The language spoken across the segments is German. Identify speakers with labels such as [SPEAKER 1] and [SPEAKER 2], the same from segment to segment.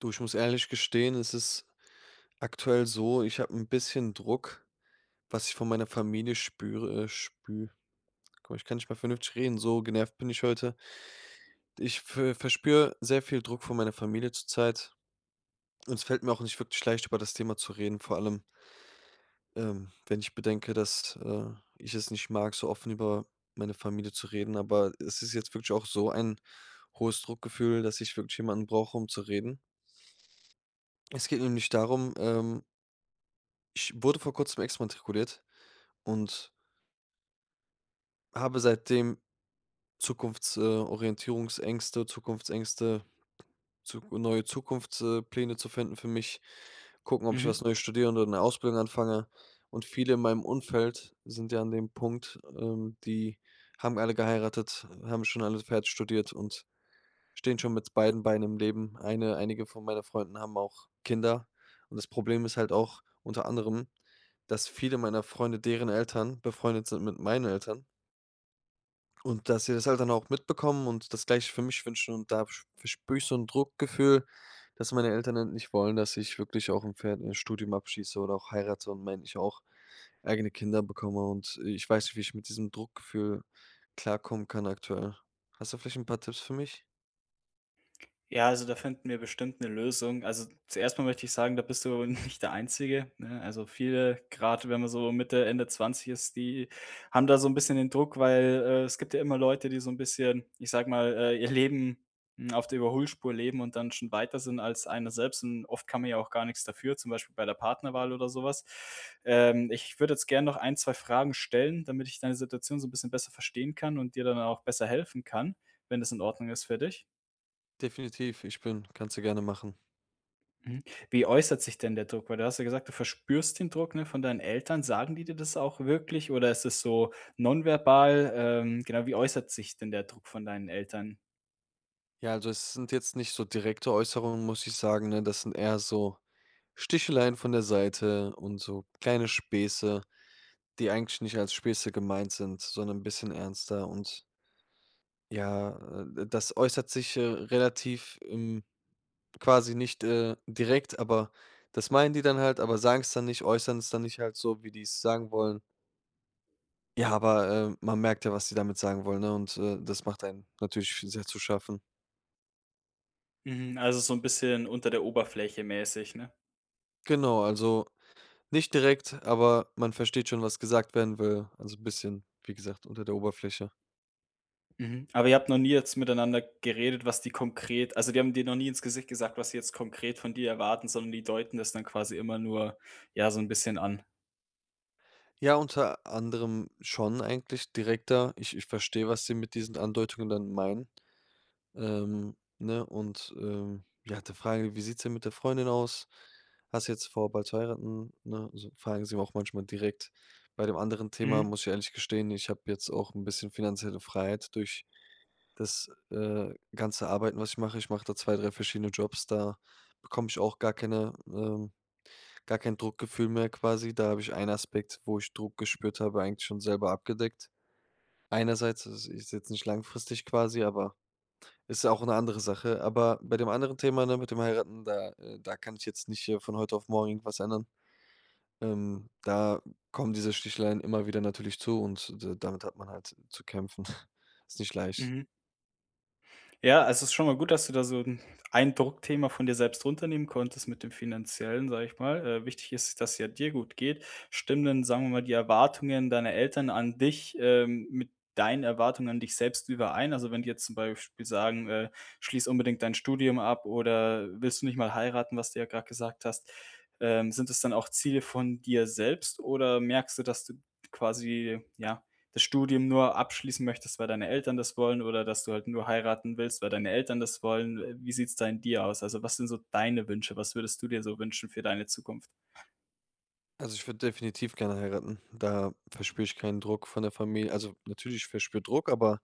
[SPEAKER 1] Du, ich muss ehrlich gestehen, es ist aktuell so, ich habe ein bisschen Druck, was ich von meiner Familie spüre spü guck mal, ich kann nicht mal vernünftig reden, so genervt bin ich heute. Ich verspüre sehr viel Druck von meiner Familie zurzeit und es fällt mir auch nicht wirklich leicht, über das Thema zu reden, vor allem, wenn ich bedenke, dass, ich es nicht mag, so offen über meine Familie zu reden, aber es ist jetzt wirklich auch so ein hohes Druckgefühl, dass ich wirklich jemanden brauche, um zu reden. Es geht nämlich darum. Ich wurde vor Kurzem exmatrikuliert und habe seitdem Zukunftsorientierungsängste, Zukunftsängste, Zuk neue Zukunftspläne zu finden für mich, gucken, ob ich
[SPEAKER 2] Mhm.
[SPEAKER 1] was Neues studiere oder eine Ausbildung anfange. Und viele in meinem Umfeld sind ja an dem Punkt, die haben alle geheiratet, haben schon alle fertig studiert und stehen schon mit beiden Beinen im Leben. Eine einige von meiner Freunden haben auch Kinder. Und das Problem ist halt auch unter anderem, dass viele meiner Freunde, deren Eltern befreundet sind mit meinen Eltern und dass sie das halt dann auch mitbekommen und das Gleiche für mich wünschen, und da verspüre ich so ein Druckgefühl, dass meine Eltern halt nicht wollen, dass ich wirklich auch 'n Fert Studium abschließe oder auch heirate und mein ich auch eigene Kinder bekomme, und ich weiß nicht, wie ich mit diesem Druckgefühl klarkommen kann aktuell. Hast du vielleicht ein paar Tipps für mich?
[SPEAKER 2] Ja, also da finden wir bestimmt eine Lösung. Also, zuerst mal möchte ich sagen, da bist du nicht der Einzige, ne? Also, viele, gerade, wenn man so Mitte, Ende 20 ist, die haben da so ein bisschen den Druck, weil, es gibt ja immer Leute, die so ein bisschen, ich sage mal, ihr Leben, auf der Überholspur leben und dann schon weiter sind als einer selbst und oft kann man ja auch gar nichts dafür, zum Beispiel bei der Partnerwahl oder sowas. Ich würde jetzt gerne noch ein 2 Fragen stellen, damit ich deine Situation so ein bisschen besser verstehen kann und dir dann auch besser helfen kann, wenn das in Ordnung ist für dich?
[SPEAKER 1] Definitiv, ich bin kannst du gerne machen.
[SPEAKER 2] Mhm. Wie äußert sich denn der Druck? Weil du hast ja gesagt, du verspürst den Druck, ne, von deinen Eltern. Sagen die dir das auch wirklich oder ist es so nonverbal? Genau, wie äußert sich denn der Druck von deinen Eltern?
[SPEAKER 1] Ja, also es sind jetzt nicht so direkte Äußerungen, muss ich sagen, ne? Das sind eher so Sticheleien von der Seite und so kleine Späße, die eigentlich nicht als Späße gemeint sind, sondern ein bisschen ernster, und ja, das äußert sich, relativ, quasi nicht, direkt, aber das meinen die dann halt, aber sagen es dann nicht, äußern es dann nicht halt so, wie die es sagen wollen. Ja, aber, man merkt ja, was die damit sagen wollen, ne, und, das macht einem natürlich sehr zu schaffen.
[SPEAKER 2] Mhm, also so ein bisschen unter der Oberfläche mäßig, ne?
[SPEAKER 1] Genau, also nicht direkt, aber man versteht schon, was gesagt werden will. Also, ein bisschen, wie gesagt, unter der Oberfläche.
[SPEAKER 2] Mhm. Aber ihr habt noch nie jetzt miteinander geredet, was die konkret also, die haben dir noch nie ins Gesicht gesagt, was sie jetzt konkret von dir erwarten, sondern die deuten das dann quasi immer nur, ja, so ein bisschen an.
[SPEAKER 1] Ja, unter anderem schon eigentlich direkter. Ich verstehe, was sie mit diesen Andeutungen dann meinen. Ne, und, ja, da fragen die: „Wie sieht's denn mit der Freundin aus? Hast du jetzt vor, bald zu heiraten?“ Ne, so fragen sie mir auch manchmal direkt. Bei dem anderen Thema
[SPEAKER 2] Mhm,
[SPEAKER 1] muss ich ehrlich gestehen, ich habe jetzt auch ein bisschen finanzielle Freiheit durch das, ganze Arbeiten, was ich mache. Ich mache da 2, 3 verschiedene Jobs, da bekomme ich auch gar kein Druckgefühl mehr quasi. Da habe ich einen Aspekt, wo ich Druck gespürt habe, eigentlich schon selber abgedeckt. Einerseits, das ist jetzt nicht langfristig quasi, aber ist auch eine andere Sache. Aber bei dem anderen Thema, ne, mit dem Heiraten, da da kann ich jetzt nicht, von heute auf morgen irgendwas ändern. Da kommen diese Sticheleien immer wieder natürlich zu, und d damit hat man halt zu kämpfen. Ist nicht leicht.
[SPEAKER 2] mhm. Ja, also es ist schon mal gut, dass du da so 'n ein Druckthema von dir selbst runternehmen konntest mit dem Finanziellen, sage ich mal. Wichtig ist, dass es ja dir gut geht. Stimmen denn, sagen wir mal, die Erwartungen deiner Eltern an dich, mit deinen Erwartungen an dich selbst überein? Also, wenn die jetzt zum Beispiel sagen, „Schließ unbedingt dein Studium ab“ oder „Willst du nicht mal heiraten“, was du ja gerade gesagt hast. Sind es dann auch Ziele von dir selbst oder merkst du, dass du quasi, ja, das Studium nur abschließen möchtest, weil deine Eltern das wollen oder dass du halt nur heiraten willst, weil deine Eltern das wollen. Wie sieht's da in dir aus? Also, was sind so deine Wünsche? Was würdest du dir so wünschen für deine Zukunft?
[SPEAKER 1] Also, ich würde definitiv gerne heiraten. Da verspüre ich keinen Druck von der Familie. Also, natürlich, ich verspüre Druck, aber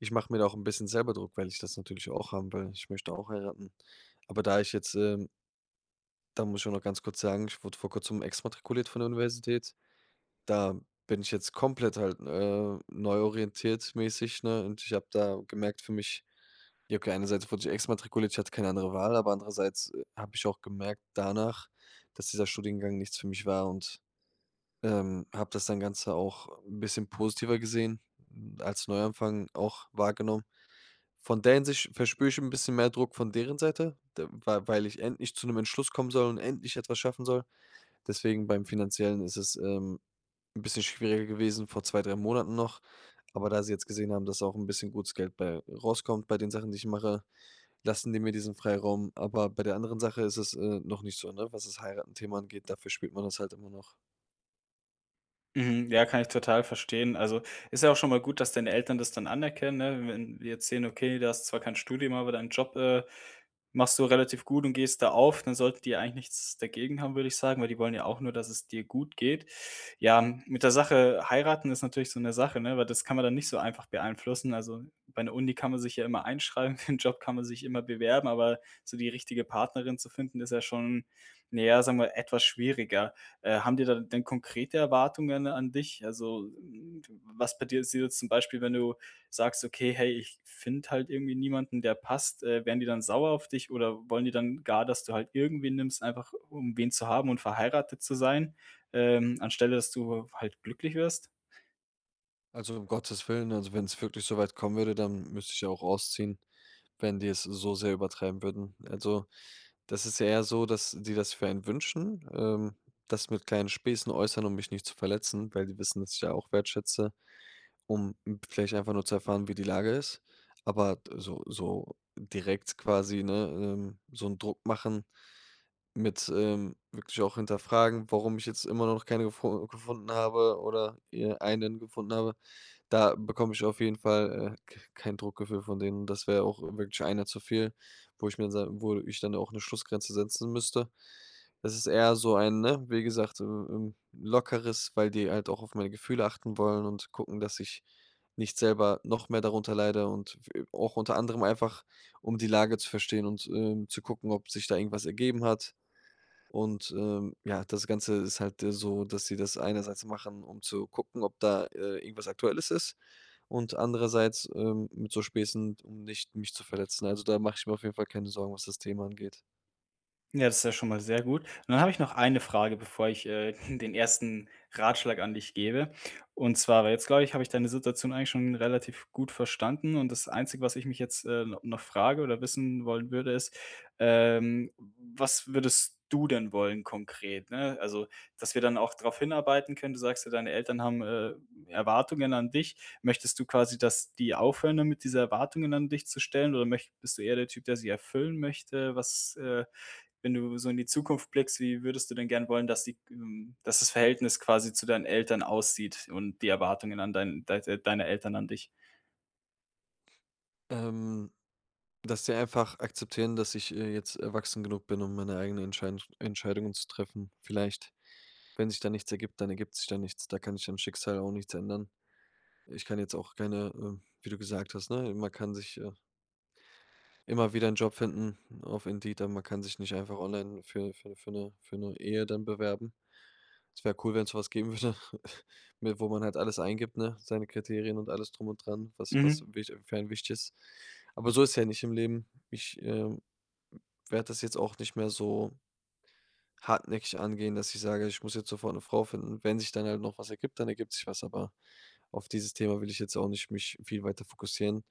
[SPEAKER 1] ich mache mir da auch ein bisschen selber Druck, weil ich das natürlich auch haben will. Ich möchte auch heiraten. Aber da ich jetzt, ähm Da muss ich auch noch ganz kurz sagen, ich wurde vor Kurzem exmatrikuliert von der Universität. Da bin ich jetzt komplett halt, neu orientiert mäßig, ne? Und ich habe da gemerkt für mich, ja, okay, einerseits wurde ich exmatrikuliert, ich hatte keine andere Wahl, aber andererseits, habe ich auch gemerkt danach, dass dieser Studiengang nichts für mich war, und habe das dann Ganze auch ein bisschen positiver gesehen, als Neuanfang auch wahrgenommen. Von der Hinsicht verspüre ich ein bisschen mehr Druck von deren Seite, d wei weil ich endlich zu einem Entschluss kommen soll und endlich etwas schaffen soll. Deswegen beim Finanziellen ist es, 'n bisschen schwieriger gewesen vor 2 3 Monaten noch. Aber da sie jetzt gesehen haben, dass auch ein bisschen gutes Geld bei rauskommt bei den Sachen, die ich mache, lassen die mir diesen Freiraum. Aber bei der anderen Sache ist es, noch nicht so, ne? Was das Heiraten-Thema angeht, dafür spielt man das halt immer noch.
[SPEAKER 2] Mhm, ja, kann ich total verstehen. Also, ist ja auch schon mal gut, dass deine Eltern das dann anerkennen, ne? Wenn wir jetzt sehen: „Okay, du hast zwar kein Studium, aber deinen Job, Machst du relativ gut und gehst da auf, dann sollten die eigentlich nichts dagegen haben, würde ich sagen, weil die wollen ja auch nur, dass es dir gut geht. Ja, mit der Sache heiraten ist natürlich so eine Sache, ne, weil das kann man dann nicht so einfach beeinflussen. Also, bei einer Uni kann man sich ja immer einschreiben, für einen Job kann man sich immer bewerben, aber so die richtige Partnerin zu finden, ist ja schon, naja, sagen wir, etwas schwieriger. Haben die da denn konkrete Erwartungen an dich? Also, was bei dir ist jetzt zum Beispiel, wenn du sagst, okay, hey, ich finde halt irgendwie niemanden, der passt, werden die dann sauer auf dich oder wollen die dann gar, dass du halt irgendwen nimmst, einfach um wen zu haben und verheiratet zu sein, anstelle dass du halt glücklich wirst?
[SPEAKER 1] Also, um Gottes Willen, also, wenn es wirklich so weit kommen würde, dann müsste ich ja auch ausziehen, wenn die es so sehr übertreiben würden. Also, das ist ja eher so, dass die das für einen wünschen, das mit kleinen Späßen äußern, um mich nicht zu verletzen, weil die wissen, dass ich ja auch wertschätze, um vielleicht einfach nur zu erfahren, wie die Lage ist. Aber d so so direkt quasi, ne, so einen Druck machen mit, wirklich auch hinterfragen, warum ich jetzt immer noch keine gefo gefunden habe oder, einen gefunden habe. Da bekomme ich auf jeden Fall, k kein Druckgefühl von denen. Das wäre auch wirklich einer zu viel, wo ich mir sa wo ich dann auch eine Schlussgrenze setzen müsste. Das ist eher so ein, ne, wie gesagt, lockeres, weil die halt auch auf meine Gefühle achten wollen und gucken, dass ich nicht selber noch mehr darunter leide, und w auch unter anderem einfach, um die Lage zu verstehen und, zu gucken, ob sich da irgendwas ergeben hat. Und, ja, das Ganze ist halt, so, dass sie das einerseits machen, um zu gucken, ob da, irgendwas Aktuelles ist, und andererseits, mit so Späßen, um nicht mich zu verletzen. Also, da mache ich mir auf jeden Fall keine Sorgen, was das Thema angeht.
[SPEAKER 2] Ja, das ist ja schon mal sehr gut. Und dann habe ich noch eine Frage, bevor ich, den ersten Ratschlag an dich gebe. Und zwar, weil jetzt, glaube ich, habe ich deine Situation eigentlich schon relativ gut verstanden und das Einzige, was ich mich jetzt, no noch frage oder wissen wollen würde, ist, ähm, was würdest du denn wollen konkret, ne? Also, dass wir dann auch drauf hinarbeiten können. Du sagst ja, deine Eltern haben, Erwartungen an dich. Möchtest du quasi, dass die aufhören damit, diese Erwartungen an dich zu stellen oder möcht bist du eher der Typ, der sie erfüllen möchte? Was, wenn du so in die Zukunft blickst, wie würdest du denn gern wollen, dass die dass das Verhältnis quasi zu deinen Eltern aussieht und die Erwartungen an deine Eltern an dich?
[SPEAKER 1] Ähm, dass sie einfach akzeptieren, dass ich, jetzt erwachsen genug bin, um meine eigenen Entscheidungen zu treffen. Vielleicht, wenn sich da nichts ergibt, dann ergibt sich da nichts. Da kann ich am Schicksal auch nichts ändern. Ich kann jetzt auch keine, wie du gesagt hast, ne, man kann sich, immer wieder einen Job finden auf Indeed, aber man kann sich nicht einfach online für eine für 'ne Ehe dann bewerben. Es wäre cool, wenn es was geben würde, mit wo man halt alles eingibt, ne? Seine Kriterien und alles drum und dran, was was
[SPEAKER 2] Mhm.
[SPEAKER 1] wich für einen wichtig ist. Aber so ist ja nicht im Leben. Ich, werde das jetzt auch nicht mehr so hartnäckig angehen, dass ich sage: „Ich muss jetzt sofort eine Frau finden.“ Wenn sich dann halt noch was ergibt, dann ergibt sich was, aber auf dieses Thema will ich jetzt auch nicht mich viel weiter fokussieren.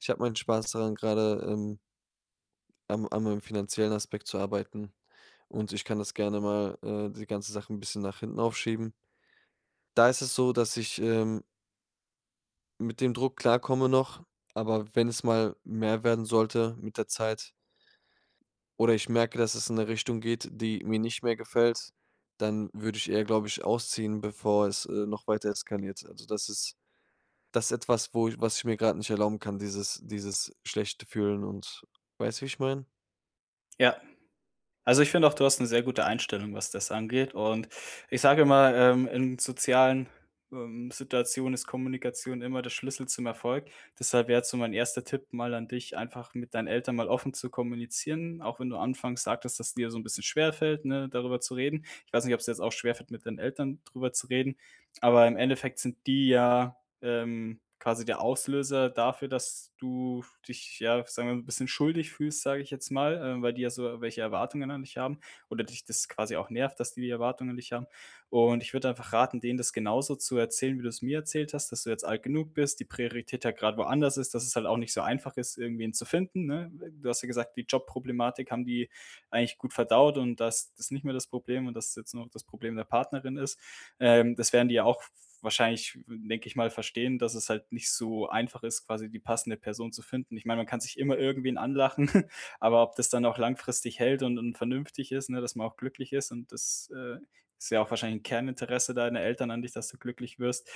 [SPEAKER 1] Ich habe meinen Spaß daran, gerade am an meinem finanziellen Aspekt zu arbeiten, und ich kann das gerne mal, die ganze Sache ein bisschen nach hinten aufschieben. Da ist es so, dass ich mit dem Druck klarkomme noch, aber wenn es mal mehr werden sollte mit der Zeit oder ich merke, dass es in eine Richtung geht, die mir nicht mehr gefällt, dann würde ich eher, glaube ich, ausziehen, bevor es, noch weiter eskaliert. Also, das ist etwas, wo ich was ich mir gerade nicht erlauben kann, dieses schlechte Fühlen, und weißt du, wie ich meine?
[SPEAKER 2] Ja. Also, ich finde auch, du hast eine sehr gute Einstellung, was das angeht. Und ich sage immer, in sozialen, Situationen ist Kommunikation immer der Schlüssel zum Erfolg. Deshalb wäre jetzt so mein erster Tipp mal an dich, einfach mit deinen Eltern mal offen zu kommunizieren, auch wenn du anfangs sagtest, dass dir so ein bisschen schwerfällt, ne, darüber zu reden. Ich weiß nicht, ob's dir jetzt auch schwerfällt, mit deinen Eltern drüber zu reden, aber im Endeffekt sind die ja quasi der Auslöser dafür, dass du dich, ja, sagen wir mal, 'n bisschen schuldig fühlst, sage ich jetzt mal, weil die ja so welche Erwartungen an dich haben oder dich das quasi auch nervt, dass die die Erwartungen an dich haben. Und ich würde einfach raten, denen das genauso zu erzählen, wie du es mir erzählt hast, dass du jetzt alt genug bist, die Priorität ja gerade woanders ist, dass es halt auch nicht so einfach ist, irgendwen zu finden, ne? Du hast ja gesagt, die Jobproblematik haben die eigentlich gut verdaut und dass das nicht mehr das Problem und dass es jetzt nur noch das Problem der Partnerin ist. Das werden die ja auch wahrscheinlich, denke ich mal, verstehen, dass es halt nicht so einfach ist, quasi die passende Person zu finden. Ich meine, man kann sich immer irgendwen anlachen, aber ob das dann auch langfristig hält und vernünftig ist, ne, dass man auch glücklich ist und das, ist ja auch wahrscheinlich 'n Kerninteresse deiner Eltern an dich, dass du glücklich wirst,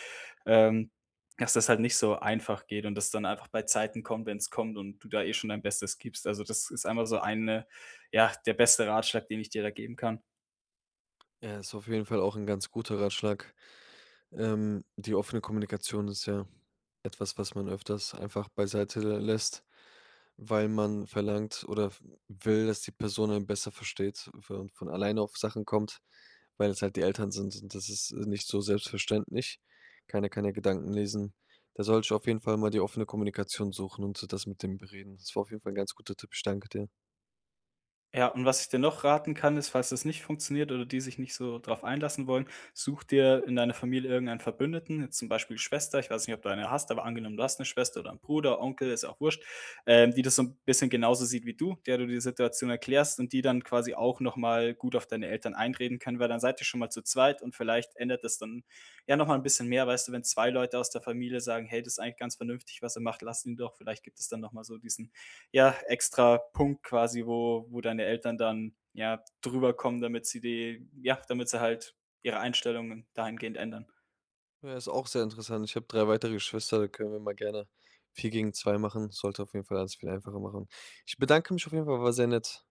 [SPEAKER 2] ähm, dass das halt nicht so einfach geht und das dann einfach bei Zeiten kommt, wenn es kommt und du da eh schon dein Bestes gibst. Also, das ist einfach so eine, ja, der beste Ratschlag, den ich dir da geben kann.
[SPEAKER 1] Ja, ist auf jeden Fall auch ein ganz guter Ratschlag. Die offene Kommunikation ist ja etwas, was man öfters einfach beiseite lässt. Weil man verlangt oder f will, dass die Person einen besser versteht und von alleine auf Sachen kommt, weil es halt die Eltern sind und das ist, nicht so selbstverständlich. Keiner kann ja Gedanken lesen. Da sollte ich auf jeden Fall mal die offene Kommunikation suchen und das mit dem bereden. Das war auf jeden Fall 'n ganz guter Tipp. Ich danke dir.
[SPEAKER 2] Ja, und was ich dir noch raten kann, ist, falls das nicht funktioniert oder die sich nicht so drauf einlassen wollen, such dir in deiner Familie irgendeinen Verbündeten, jetzt zum Beispiel Schwester, ich weiß nicht, ob du eine hast, aber angenommen, du hast eine Schwester oder 'n Bruder, Onkel, ist ja auch wurscht, die das so ein bisschen genauso sieht wie du, der du die Situation erklärst und die dann quasi auch noch mal gut auf deine Eltern einreden können, weil dann seid ihr schon mal zu zweit und vielleicht ändert das dann ja noch mal 'n bisschen mehr, weißt du, wenn 2 Leute aus der Familie sagen: „Hey, das ist eigentlich ganz vernünftig, was er macht, lasst ihn doch.“ Vielleicht gibt es dann noch mal so diesen, ja, extra Punkt quasi, wo deine Eltern dann ja drüber kommen, damit sie die, ja, damit sie halt ihre Einstellungen dahingehend ändern.
[SPEAKER 1] Ja, ist auch sehr interessant. Ich habe 3 weitere Geschwister, da können wir mal gerne 4-2 machen. Sollte auf jeden Fall alles viel einfacher machen. Ich bedanke mich auf jeden Fall, war sehr nett.